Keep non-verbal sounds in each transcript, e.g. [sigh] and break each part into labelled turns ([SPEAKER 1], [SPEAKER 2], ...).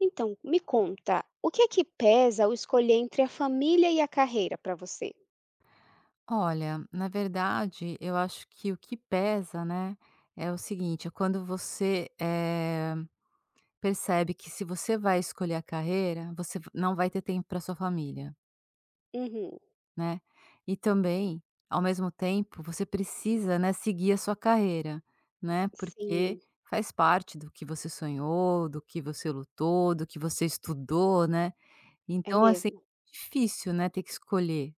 [SPEAKER 1] Então, me conta, o que é que pesa ao escolher entre a família e a carreira para você?
[SPEAKER 2] Olha, na verdade, eu acho que o que pesa, né, é o seguinte, é quando você, percebe que se você vai escolher a carreira, você v não vai ter tempo para sua família,
[SPEAKER 1] Uhum,
[SPEAKER 2] né. E também, ao mesmo tempo, você precisa, né, seguir a sua carreira, né, porque
[SPEAKER 1] sim,
[SPEAKER 2] faz parte do que você sonhou, do que você lutou, do que você estudou, né.
[SPEAKER 1] é
[SPEAKER 2] Então, assim,
[SPEAKER 1] mesmo.
[SPEAKER 2] é difícil, né, ter que escolher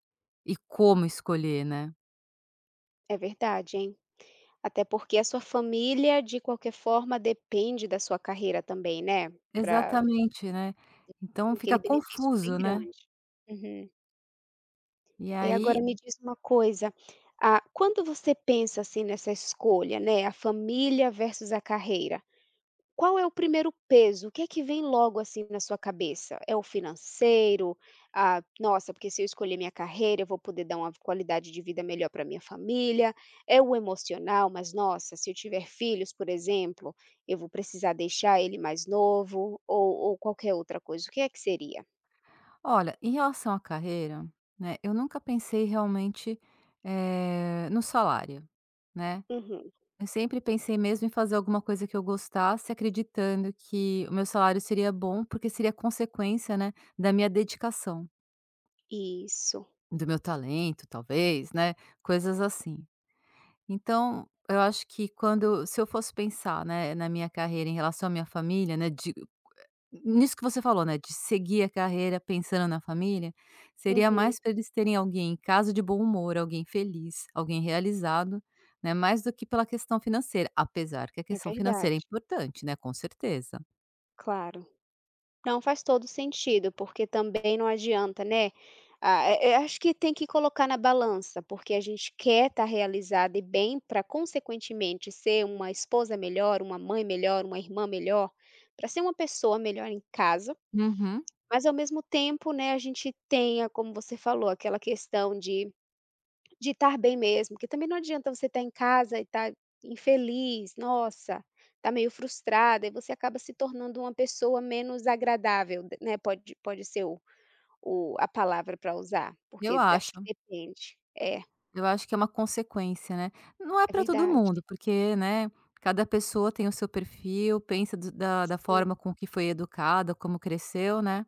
[SPEAKER 2] e como escolher, né.
[SPEAKER 1] É verdade, hein? Até porque a sua família, de qualquer forma, depende da sua carreira também, né? Para
[SPEAKER 2] Exatamente, né. Então
[SPEAKER 1] aquele
[SPEAKER 2] fica
[SPEAKER 1] benefício bem
[SPEAKER 2] confuso, né.
[SPEAKER 1] grande. Uhum.
[SPEAKER 2] E
[SPEAKER 1] E agora
[SPEAKER 2] aí
[SPEAKER 1] me diz uma coisa, ah, quando você pensa assim nessa escolha, né? A família versus a carreira. Qual é o primeiro peso? O que é que vem logo, assim, na sua cabeça? É o financeiro? Ah, nossa, porque se eu escolher minha carreira, eu vou poder dar uma qualidade de vida melhor para minha família. É o emocional, mas nossa, se eu tiver filhos, por exemplo, eu vou precisar deixar ele mais novo ou qualquer outra coisa. O que é que seria?
[SPEAKER 2] olha, em relação à carreira, né, eu nunca pensei realmente, no salário, né.
[SPEAKER 1] Uhum.
[SPEAKER 2] Eu sempre pensei mesmo em fazer alguma coisa que eu gostasse, acreditando que o meu salário seria bom, porque seria consequência, né, da minha dedicação,
[SPEAKER 1] Isso.
[SPEAKER 2] do meu talento talvez, né, coisas assim. Então, eu acho que quando se eu fosse pensar, né, na minha carreira em relação à minha família, né, de nisso que você falou, né, de seguir a carreira pensando na família, seria
[SPEAKER 1] Uhum.
[SPEAKER 2] mais para eles terem alguém em casa de bom humor, alguém feliz, alguém realizado, né, mais do que pela questão financeira, apesar que a
[SPEAKER 1] É
[SPEAKER 2] questão financeira é
[SPEAKER 1] verdade.
[SPEAKER 2] importante, né, com certeza.
[SPEAKER 1] Claro. Não, faz todo sentido, porque também não adianta, né, ah, acho que tem que colocar na balança, porque a gente quer estar realizada e bem para consequentemente ser uma esposa melhor, uma mãe melhor, uma irmã melhor, para ser uma pessoa melhor em casa,
[SPEAKER 2] Uhum.
[SPEAKER 1] mas ao mesmo tempo, né, a gente tenha, como você falou, aquela questão de estar bem mesmo, porque também não adianta você estar em casa e estar infeliz, nossa, tá meio frustrada, e você acaba se tornando uma pessoa menos agradável, d né, pode ser o a palavra para usar,
[SPEAKER 2] Eu
[SPEAKER 1] porque acho
[SPEAKER 2] acho,
[SPEAKER 1] que depende. É,
[SPEAKER 2] eu acho que é uma consequência, né. Não é
[SPEAKER 1] é
[SPEAKER 2] para todo
[SPEAKER 1] verdade.
[SPEAKER 2] mundo, porque, né, cada pessoa tem o seu perfil, pensa do da da
[SPEAKER 1] Sim,
[SPEAKER 2] forma com que foi educada, como cresceu, né.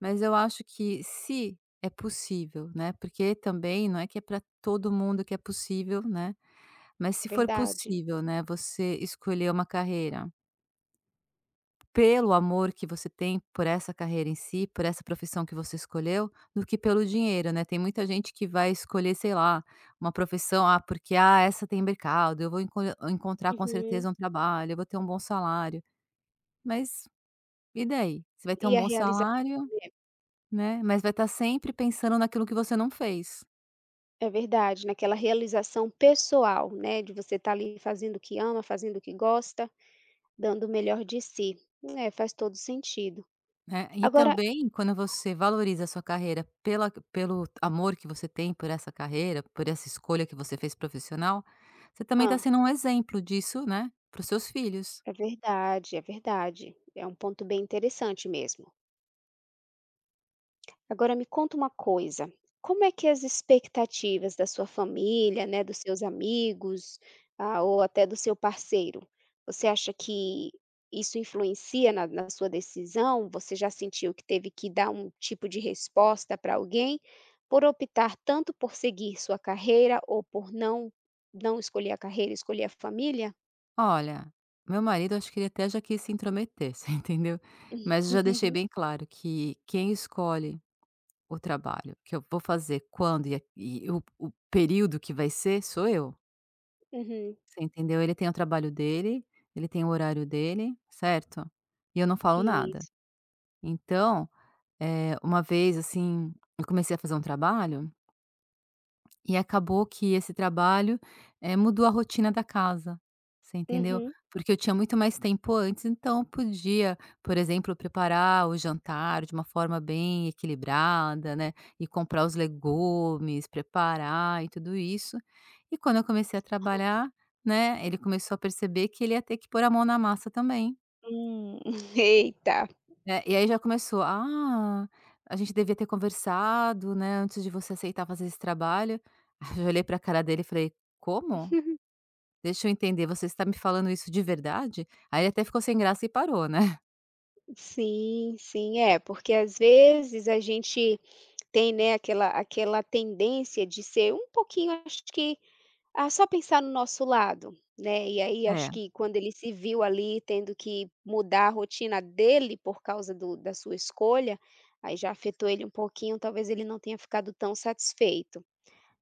[SPEAKER 2] Mas eu acho que se é possível, né, porque também não é que é para todo mundo que é possível, né, mas
[SPEAKER 1] é
[SPEAKER 2] se for
[SPEAKER 1] verdade.
[SPEAKER 2] possível, né, você escolher uma carreira pelo amor que você tem por essa carreira em si, por essa profissão que você escolheu, do que pelo dinheiro, né. Tem muita gente que vai escolher, sei lá, uma profissão, ah, porque, ah, essa tem mercado, eu vou encontrar com
[SPEAKER 1] Uhum.
[SPEAKER 2] certeza um trabalho, eu vou ter um bom salário. Mas e daí? Você vai ter um
[SPEAKER 1] E a
[SPEAKER 2] bom
[SPEAKER 1] realização,
[SPEAKER 2] salário.
[SPEAKER 1] né.
[SPEAKER 2] Né, mas vai estar sempre pensando naquilo que você não fez,
[SPEAKER 1] É verdade, naquela realização pessoal, né, de você estar ali fazendo o que ama, fazendo o que gosta, dando o melhor de si. É, faz todo sentido.
[SPEAKER 2] né. E
[SPEAKER 1] Agora,
[SPEAKER 2] também quando você valoriza a sua carreira pela pelo amor que você tem por essa carreira, por essa escolha que você fez profissional, você também
[SPEAKER 1] hã?
[SPEAKER 2] está sendo um exemplo disso, né, para os seus filhos.
[SPEAKER 1] É verdade, é verdade. É um ponto bem interessante mesmo. Agora me conta uma coisa, como é que as expectativas da sua família, né, dos seus amigos, ah, ou até do seu parceiro, você acha que isso influencia na sua decisão? Você já sentiu que teve que dar um tipo de resposta para alguém por optar tanto por seguir sua carreira ou por não escolher a carreira, escolher a família?
[SPEAKER 2] "Olha, meu marido acho que ele até já quis se intrometer", [laughs] você entendeu. Mas eu já deixei
[SPEAKER 1] [laughs]
[SPEAKER 2] bem claro que quem escolhe o trabalho que eu vou fazer, quando e o período que vai ser, sou eu.
[SPEAKER 1] Uhum,
[SPEAKER 2] Você entendeu? Ele tem o trabalho dele, ele tem o horário dele, certo? E eu não falo nada.
[SPEAKER 1] isso.
[SPEAKER 2] Então, uma vez, assim, eu comecei a fazer um trabalho e acabou que esse trabalho, mudou a rotina da casa, você entendeu?
[SPEAKER 1] Uhum.
[SPEAKER 2] Porque eu tinha muito mais tempo antes, então eu podia, por exemplo, preparar o jantar de uma forma bem equilibrada, né, e comprar os legumes, preparar e tudo isso. E quando eu comecei a trabalhar, né, ele começou a perceber que ele ia ter que pôr a mão na massa também.
[SPEAKER 1] Hum, [laughs] eita.
[SPEAKER 2] É, e aí já começou: "Ah, a gente devia ter conversado, né, antes de você aceitar fazer esse trabalho". [laughs] Aí eu olhei pra cara dele e falei: "Como? Deixa eu entender, você está me falando isso de verdade?". Aí ele até ficou sem graça e parou, né. [laughs]
[SPEAKER 1] Sim, sim, é, porque às vezes a gente tem, né, aquela tendência de ser um pouquinho, acho que, ah, só pensar no nosso lado, né, e aí
[SPEAKER 2] É,
[SPEAKER 1] acho que quando ele se viu ali tendo que mudar a rotina dele por causa do da sua escolha, aí já afetou ele um pouquinho, talvez ele não tenha ficado tão satisfeito.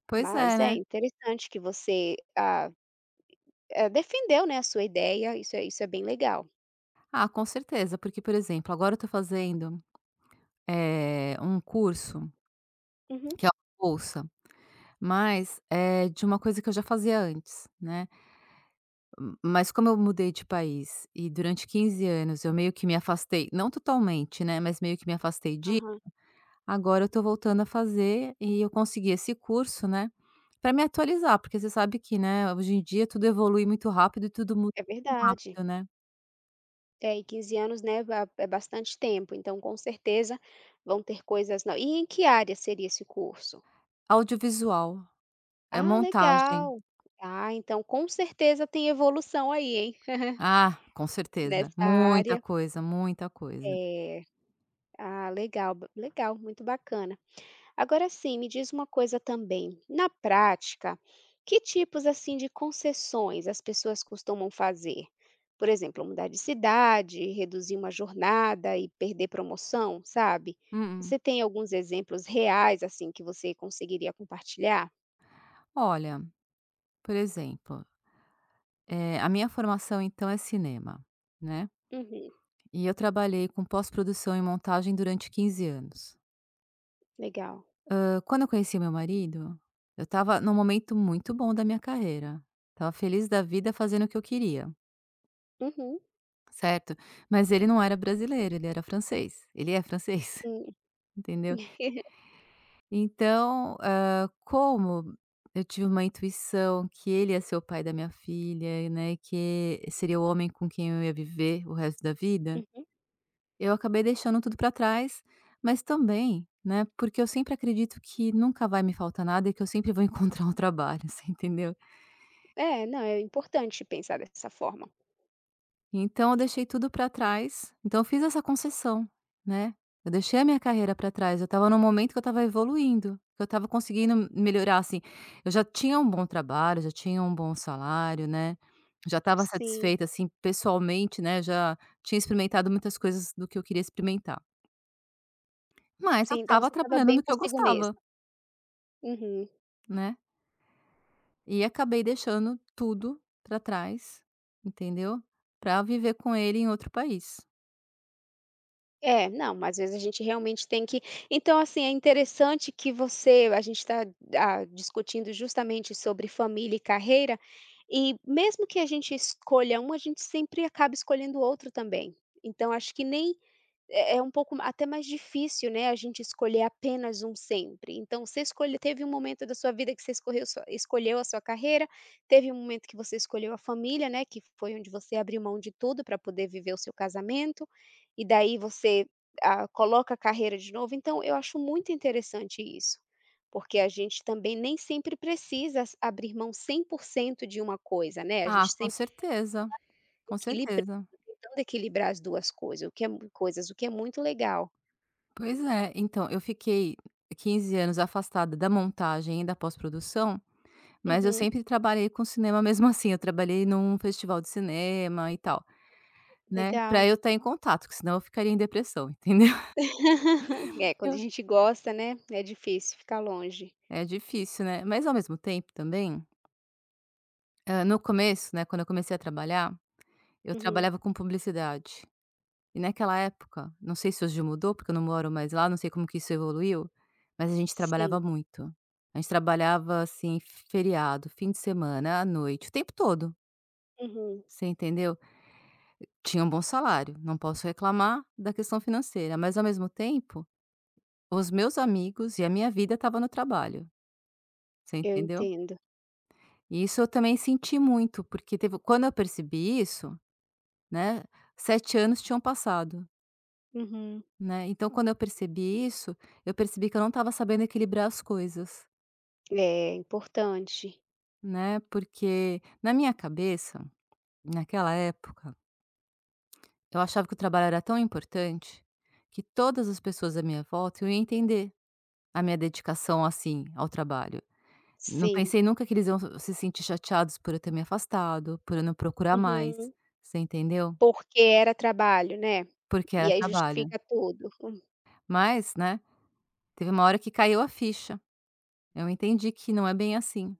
[SPEAKER 2] pois
[SPEAKER 1] Mas
[SPEAKER 2] é,
[SPEAKER 1] é
[SPEAKER 2] né.
[SPEAKER 1] interessante que você, ah, defendeu, né, a sua ideia, isso é bem legal.
[SPEAKER 2] Ah, com certeza, porque, por exemplo, agora eu tô fazendo, um curso
[SPEAKER 1] Uhum.
[SPEAKER 2] que é uma bolsa, mas é de uma coisa que eu já fazia antes, né. M mas como eu mudei de país e durante 15 anos eu meio que me afastei, não totalmente, né, mas meio que me afastei de, agora eu tô voltando a fazer e eu consegui esse curso, né, pra me atualizar, porque você sabe que, né, hoje em dia tudo evolui muito rápido e tudo muda
[SPEAKER 1] É
[SPEAKER 2] muito
[SPEAKER 1] verdade.
[SPEAKER 2] rápido, né.
[SPEAKER 1] É, e 15 anos, né, ba é bastante tempo, então com certeza vão ter coisas no e em que área seria esse curso?
[SPEAKER 2] Audiovisual, é
[SPEAKER 1] Ah,
[SPEAKER 2] montagem.
[SPEAKER 1] legal. Ah, então com certeza tem evolução aí, hein, [laughs]
[SPEAKER 2] Ah, com certeza,
[SPEAKER 1] nessa
[SPEAKER 2] muita
[SPEAKER 1] área.
[SPEAKER 2] coisa, muita coisa.
[SPEAKER 1] É. Ah, legal, b legal, muito bacana. Agora sim, me diz uma coisa também. Na prática, que tipos assim de concessões as pessoas costumam fazer? Por exemplo, mudar de cidade, reduzir uma jornada e perder promoção, sabe?
[SPEAKER 2] Mm.
[SPEAKER 1] Você tem alguns exemplos reais assim que você conseguiria compartilhar?
[SPEAKER 2] Olha, por exemplo, a minha formação então é cinema, né?
[SPEAKER 1] Uhum,
[SPEAKER 2] E eu trabalhei com pós-produção e montagem durante 15 anos.
[SPEAKER 1] legal.
[SPEAKER 2] Ah, quando eu conheci meu marido, eu estava num momento muito bom da minha carreira. Estava feliz da vida fazendo o que eu queria.
[SPEAKER 1] Uhum,
[SPEAKER 2] Certo. Mas ele não era brasileiro, ele era francês. Ele é francês,
[SPEAKER 1] hum.
[SPEAKER 2] [laughs] entendeu.
[SPEAKER 1] [laughs]
[SPEAKER 2] Então, como eu tive uma intuição que ele ia ser o pai da minha filha, né, que seria o homem com quem eu ia viver o resto da vida,
[SPEAKER 1] Uhum.
[SPEAKER 2] eu acabei deixando tudo para trás, mas também, né, porque eu sempre acredito que nunca vai me faltar nada e que eu sempre vou [laughs] encontrar um trabalho, [laughs] você entendeu?
[SPEAKER 1] É, não, é importante pensar dessa forma.
[SPEAKER 2] Então eu deixei tudo para trás, então eu fiz essa concessão, né. Eu deixei a minha carreira para trás, eu estava num momento que eu estava evoluindo, que eu estava conseguindo melhorar, assim, eu já tinha um bom trabalho, já tinha um bom salário, né, já estava
[SPEAKER 1] Sim,
[SPEAKER 2] satisfeita, assim, pessoalmente, né, já tinha experimentado muitas coisas do que eu queria experimentar. Mas eu
[SPEAKER 1] sim, então
[SPEAKER 2] estava
[SPEAKER 1] você estava
[SPEAKER 2] trabalhando
[SPEAKER 1] bem
[SPEAKER 2] no que eu
[SPEAKER 1] consigo
[SPEAKER 2] gostava,
[SPEAKER 1] mesma. Uhum.
[SPEAKER 2] né, e acabei deixando tudo para trás, entendeu, para viver com ele em outro país.
[SPEAKER 1] É, não, mas às vezes a gente realmente tem que então, assim, é interessante que você a gente está discutindo justamente sobre família e carreira, e mesmo que a gente escolha um, a gente sempre acaba escolhendo outro também. Então acho que nem é um pouco até mais difícil, né, a gente escolher apenas um sempre. Então você escolhe teve um momento da sua vida que você escorreu sua escolheu a sua carreira, teve um momento que você escolheu a família, né, que foi onde você abriu mão de tudo para poder viver o seu casamento, e daí você, ah, coloca a carreira de novo. Então eu acho muito interessante isso, porque a gente também nem sempre precisa s abrir mão 100% de uma coisa, né, a
[SPEAKER 2] Ah,
[SPEAKER 1] gente
[SPEAKER 2] com
[SPEAKER 1] sempre
[SPEAKER 2] certeza. Com
[SPEAKER 1] equilibra
[SPEAKER 2] certeza.
[SPEAKER 1] tentando equilibrar as 2 coisas, o que é mui coisas, o que é muito legal.
[SPEAKER 2] Pois é, então, eu fiquei 15 anos afastada da montagem e da pós-produção, mas eu
[SPEAKER 1] Uhum,
[SPEAKER 2] sempre trabalhei com cinema mesmo [laughs] assim, eu trabalhei num festival de cinema e tal, né, pra
[SPEAKER 1] legal.
[SPEAKER 2] eu estar em contato, que senão eu ficaria em depressão, entendeu.
[SPEAKER 1] [laughs] É, quando a
[SPEAKER 2] [laughs]
[SPEAKER 1] gente gosta, né, é difícil ficar longe.
[SPEAKER 2] É difícil, né. Mas ao mesmo tempo também, no começo, né, quando eu comecei a trabalhar, eu
[SPEAKER 1] Uhum,
[SPEAKER 2] trabalhava com publicidade. E naquela época, não sei se hoje mudou, porque eu não moro mais lá, não sei como que isso evoluiu, mas a gente
[SPEAKER 1] sim,
[SPEAKER 2] trabalhava muito. A gente trabalhava, assim, feriado, fim de semana, à noite, o tempo todo,
[SPEAKER 1] uhum,
[SPEAKER 2] você entendeu? Tinha um bom salário, não posso reclamar da questão financeira, mas ao mesmo tempo, os meus amigos e a minha vida estavam no trabalho, você
[SPEAKER 1] eu
[SPEAKER 2] entendeu?
[SPEAKER 1] entendo.
[SPEAKER 2] E isso eu também senti muito, porque teve quando eu percebi isso, né, 7 anos tinham passado.
[SPEAKER 1] Uhum.
[SPEAKER 2] Né, então quando eu percebi isso, eu percebi que eu não estava sabendo equilibrar as coisas,
[SPEAKER 1] É importante,
[SPEAKER 2] né, porque na minha cabeça, naquela época, eu achava que o trabalho era tão importante, que todas as pessoas à minha volta iam entender a minha dedicação, assim, ao trabalho. Não
[SPEAKER 1] sim.
[SPEAKER 2] pensei nunca que eles iam se sentir chateados por eu ter me afastado, por eu não procurar mais,
[SPEAKER 1] Uhum.
[SPEAKER 2] você entendeu?
[SPEAKER 1] Porque era trabalho, né,
[SPEAKER 2] Porque
[SPEAKER 1] e
[SPEAKER 2] era
[SPEAKER 1] aí
[SPEAKER 2] trabalho.
[SPEAKER 1] justifica tudo.
[SPEAKER 2] Mas, né, teve uma hora que caiu a ficha, eu entendi que não é bem assim.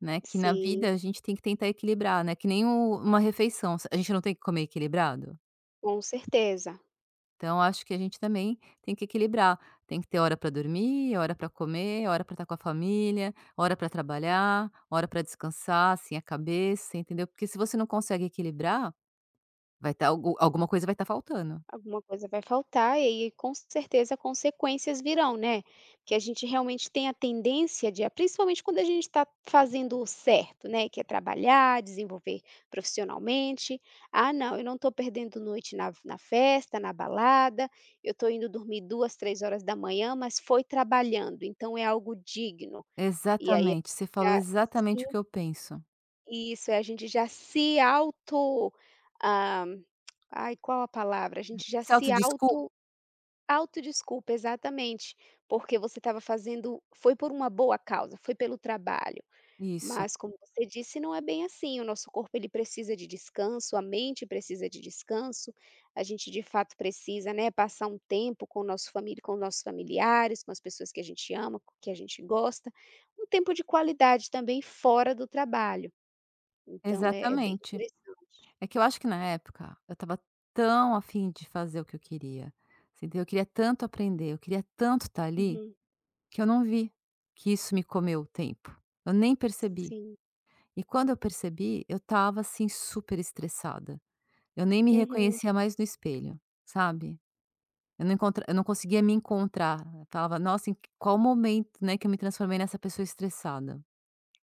[SPEAKER 2] Né, que na vida
[SPEAKER 1] Sim,
[SPEAKER 2] a gente tem que tentar equilibrar, né, que nem o uma refeição, a gente não tem que comer equilibrado?
[SPEAKER 1] com certeza.
[SPEAKER 2] Então acho que a gente também tem que equilibrar, tem que ter hora para dormir, hora para comer, hora para estar com a família, hora para trabalhar, hora para descansar, assim, a cabeça, entendeu? Porque se você não consegue equilibrar, vai estar alguma coisa vai estar faltando.
[SPEAKER 1] Alguma coisa vai faltar, e aí com certeza consequências virão, né. Porque a gente realmente tem a tendência de principalmente quando a gente está fazendo o certo, né, que é trabalhar, desenvolver profissionalmente: "Ah não, eu não estou perdendo noite na festa, na balada, eu estou indo dormir duas três horas da manhã mas foi trabalhando, então é algo digno". E aí a
[SPEAKER 2] Exatamente, você
[SPEAKER 1] gente
[SPEAKER 2] falou
[SPEAKER 1] já sim,
[SPEAKER 2] exatamente o que eu penso.
[SPEAKER 1] isso, é, a gente já se auto, ah, ai qual a palavra? A gente já
[SPEAKER 2] Se
[SPEAKER 1] se
[SPEAKER 2] autodesculpa
[SPEAKER 1] auto. Autodesculpa, exatamente, porque você estava fazendo foi por uma boa causa, foi pelo trabalho,
[SPEAKER 2] isso,
[SPEAKER 1] mas como você disse, não é bem assim, o nosso corpo ele precisa de descanso, a mente precisa de descanso, a gente de fato precisa, né, passar um tempo com o nosso família com os nossos familiares, com as pessoas que a gente ama, co que a gente gosta, um tempo de qualidade também fora do trabalho, então é bem
[SPEAKER 2] exatamente.
[SPEAKER 1] interessante.
[SPEAKER 2] É que eu acho que na época eu estava tão afim de fazer o que eu queria, você entendeu? Eu queria tanto aprender, eu queria tanto estar ali,
[SPEAKER 1] Uhum.
[SPEAKER 2] que eu não vi que isso me comeu o tempo. Eu nem percebi.
[SPEAKER 1] Sim.
[SPEAKER 2] E quando eu percebi, eu estava, assim, super estressada. Eu nem me
[SPEAKER 1] Uhum.
[SPEAKER 2] reconhecia mais no espelho, sabe? Eu não conseguia me encontrar. Eu falava: "Nossa, em qual momento, né, que eu me transformei nessa pessoa estressada?".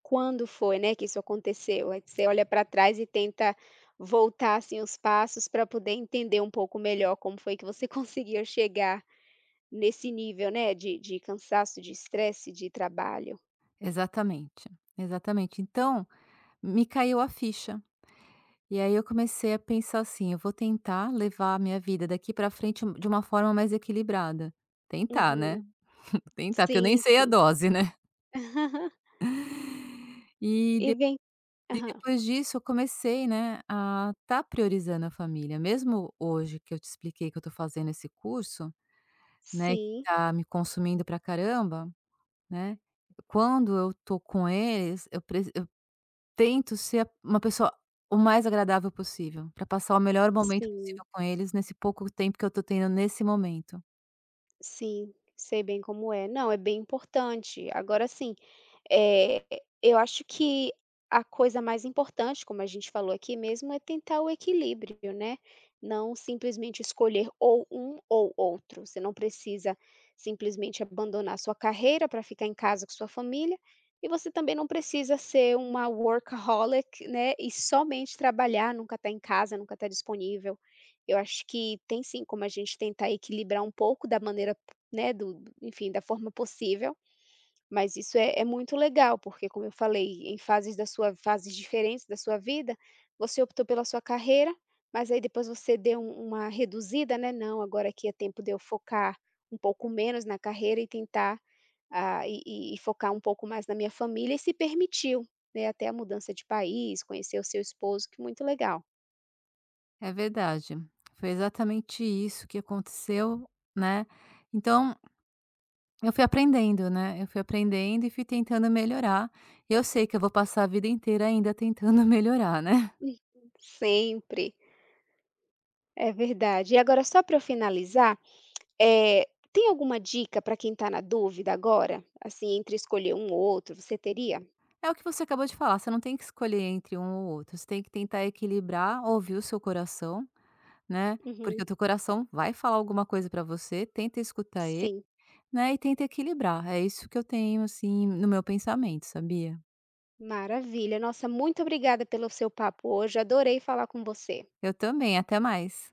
[SPEAKER 1] Quando foi, né, que isso aconteceu? Aí você olha para trás e tenta voltar, assim, os passos para poder entender um pouco melhor como foi que você [laughs] conseguiu chegar nesse nível, né, de cansaço, de estresse, de trabalho.
[SPEAKER 2] Exatamente, exatamente. Então, me caiu a ficha. E aí eu comecei a pensar assim: "Eu vou tentar levar a minha vida daqui pra frente de uma forma mais equilibrada". Tentar,
[SPEAKER 1] Uhum.
[SPEAKER 2] né, tentar, porque eu nem
[SPEAKER 1] Sim,
[SPEAKER 2] sei a
[SPEAKER 1] sim.
[SPEAKER 2] dose, né.
[SPEAKER 1] [laughs]
[SPEAKER 2] [laughs] E
[SPEAKER 1] E
[SPEAKER 2] de
[SPEAKER 1] vem
[SPEAKER 2] e
[SPEAKER 1] aham.
[SPEAKER 2] depois disso eu comecei, né, a estar priorizando a família. Mesmo hoje que eu te expliquei que eu tô fazendo esse curso, né, que
[SPEAKER 1] Sim,
[SPEAKER 2] tá me consumindo pra caramba, né, quando eu tô com eles, eu tento ser a uma pessoa o mais agradável possível, para passar o melhor momento
[SPEAKER 1] sim.
[SPEAKER 2] possível com eles nesse pouco tempo que eu tô tendo nesse momento.
[SPEAKER 1] Sim, sei bem como é. Não, é bem importante. Agora sim, eh, eu acho que a coisa mais importante, como a gente falou aqui mesmo, é tentar o equilíbrio, né. Não simplesmente escolher ou um ou outro. Você não precisa simplesmente abandonar sua carreira para ficar em casa com sua família, e você também não precisa ser uma workaholic, né, e somente trabalhar, nunca estar em casa, nunca estar disponível. Eu acho que tem sim como a gente tentar equilibrar um pouco da maneira né, do enfim, da forma possível, mas isso é muito legal, porque como eu falei, fases diferentes da sua vida, você optou pela sua carreira, mas aí depois você deu uma reduzida, né, "Não, agora aqui é tempo de eu focar um pouco menos na carreira e tentar, ah, e focar um pouco mais na minha família", e se permitiu, né, até a mudança de país, conhecer o seu esposo, que muito legal.
[SPEAKER 2] É verdade, foi exatamente isso que aconteceu, né. Então, eu fui aprendendo, né, eu fui aprendendo e fui tentando melhorar, e eu sei que eu vou passar a vida inteira ainda tentando [laughs] melhorar, né.
[SPEAKER 1] Sempre, é verdade. E agora só para eu finalizar, Eh, tem alguma dica para quem está na dúvida agora? Assim, entre escolher um ou outro, você teria?
[SPEAKER 2] É o que você acabou de falar, você não tem que escolher entre um ou outro, você tem que tentar equilibrar, ouvir o seu coração, né, porque
[SPEAKER 1] Uhum,
[SPEAKER 2] o teu coração vai falar alguma coisa pra você, tenta escutar.
[SPEAKER 1] sim,
[SPEAKER 2] Né, e tenta equilibrar, é isso que eu tenho, assim, no meu pensamento, sabia?
[SPEAKER 1] maravilha. Nossa, muito obrigada pelo seu papo hoje, adorei falar com você.
[SPEAKER 2] Eu também, até mais.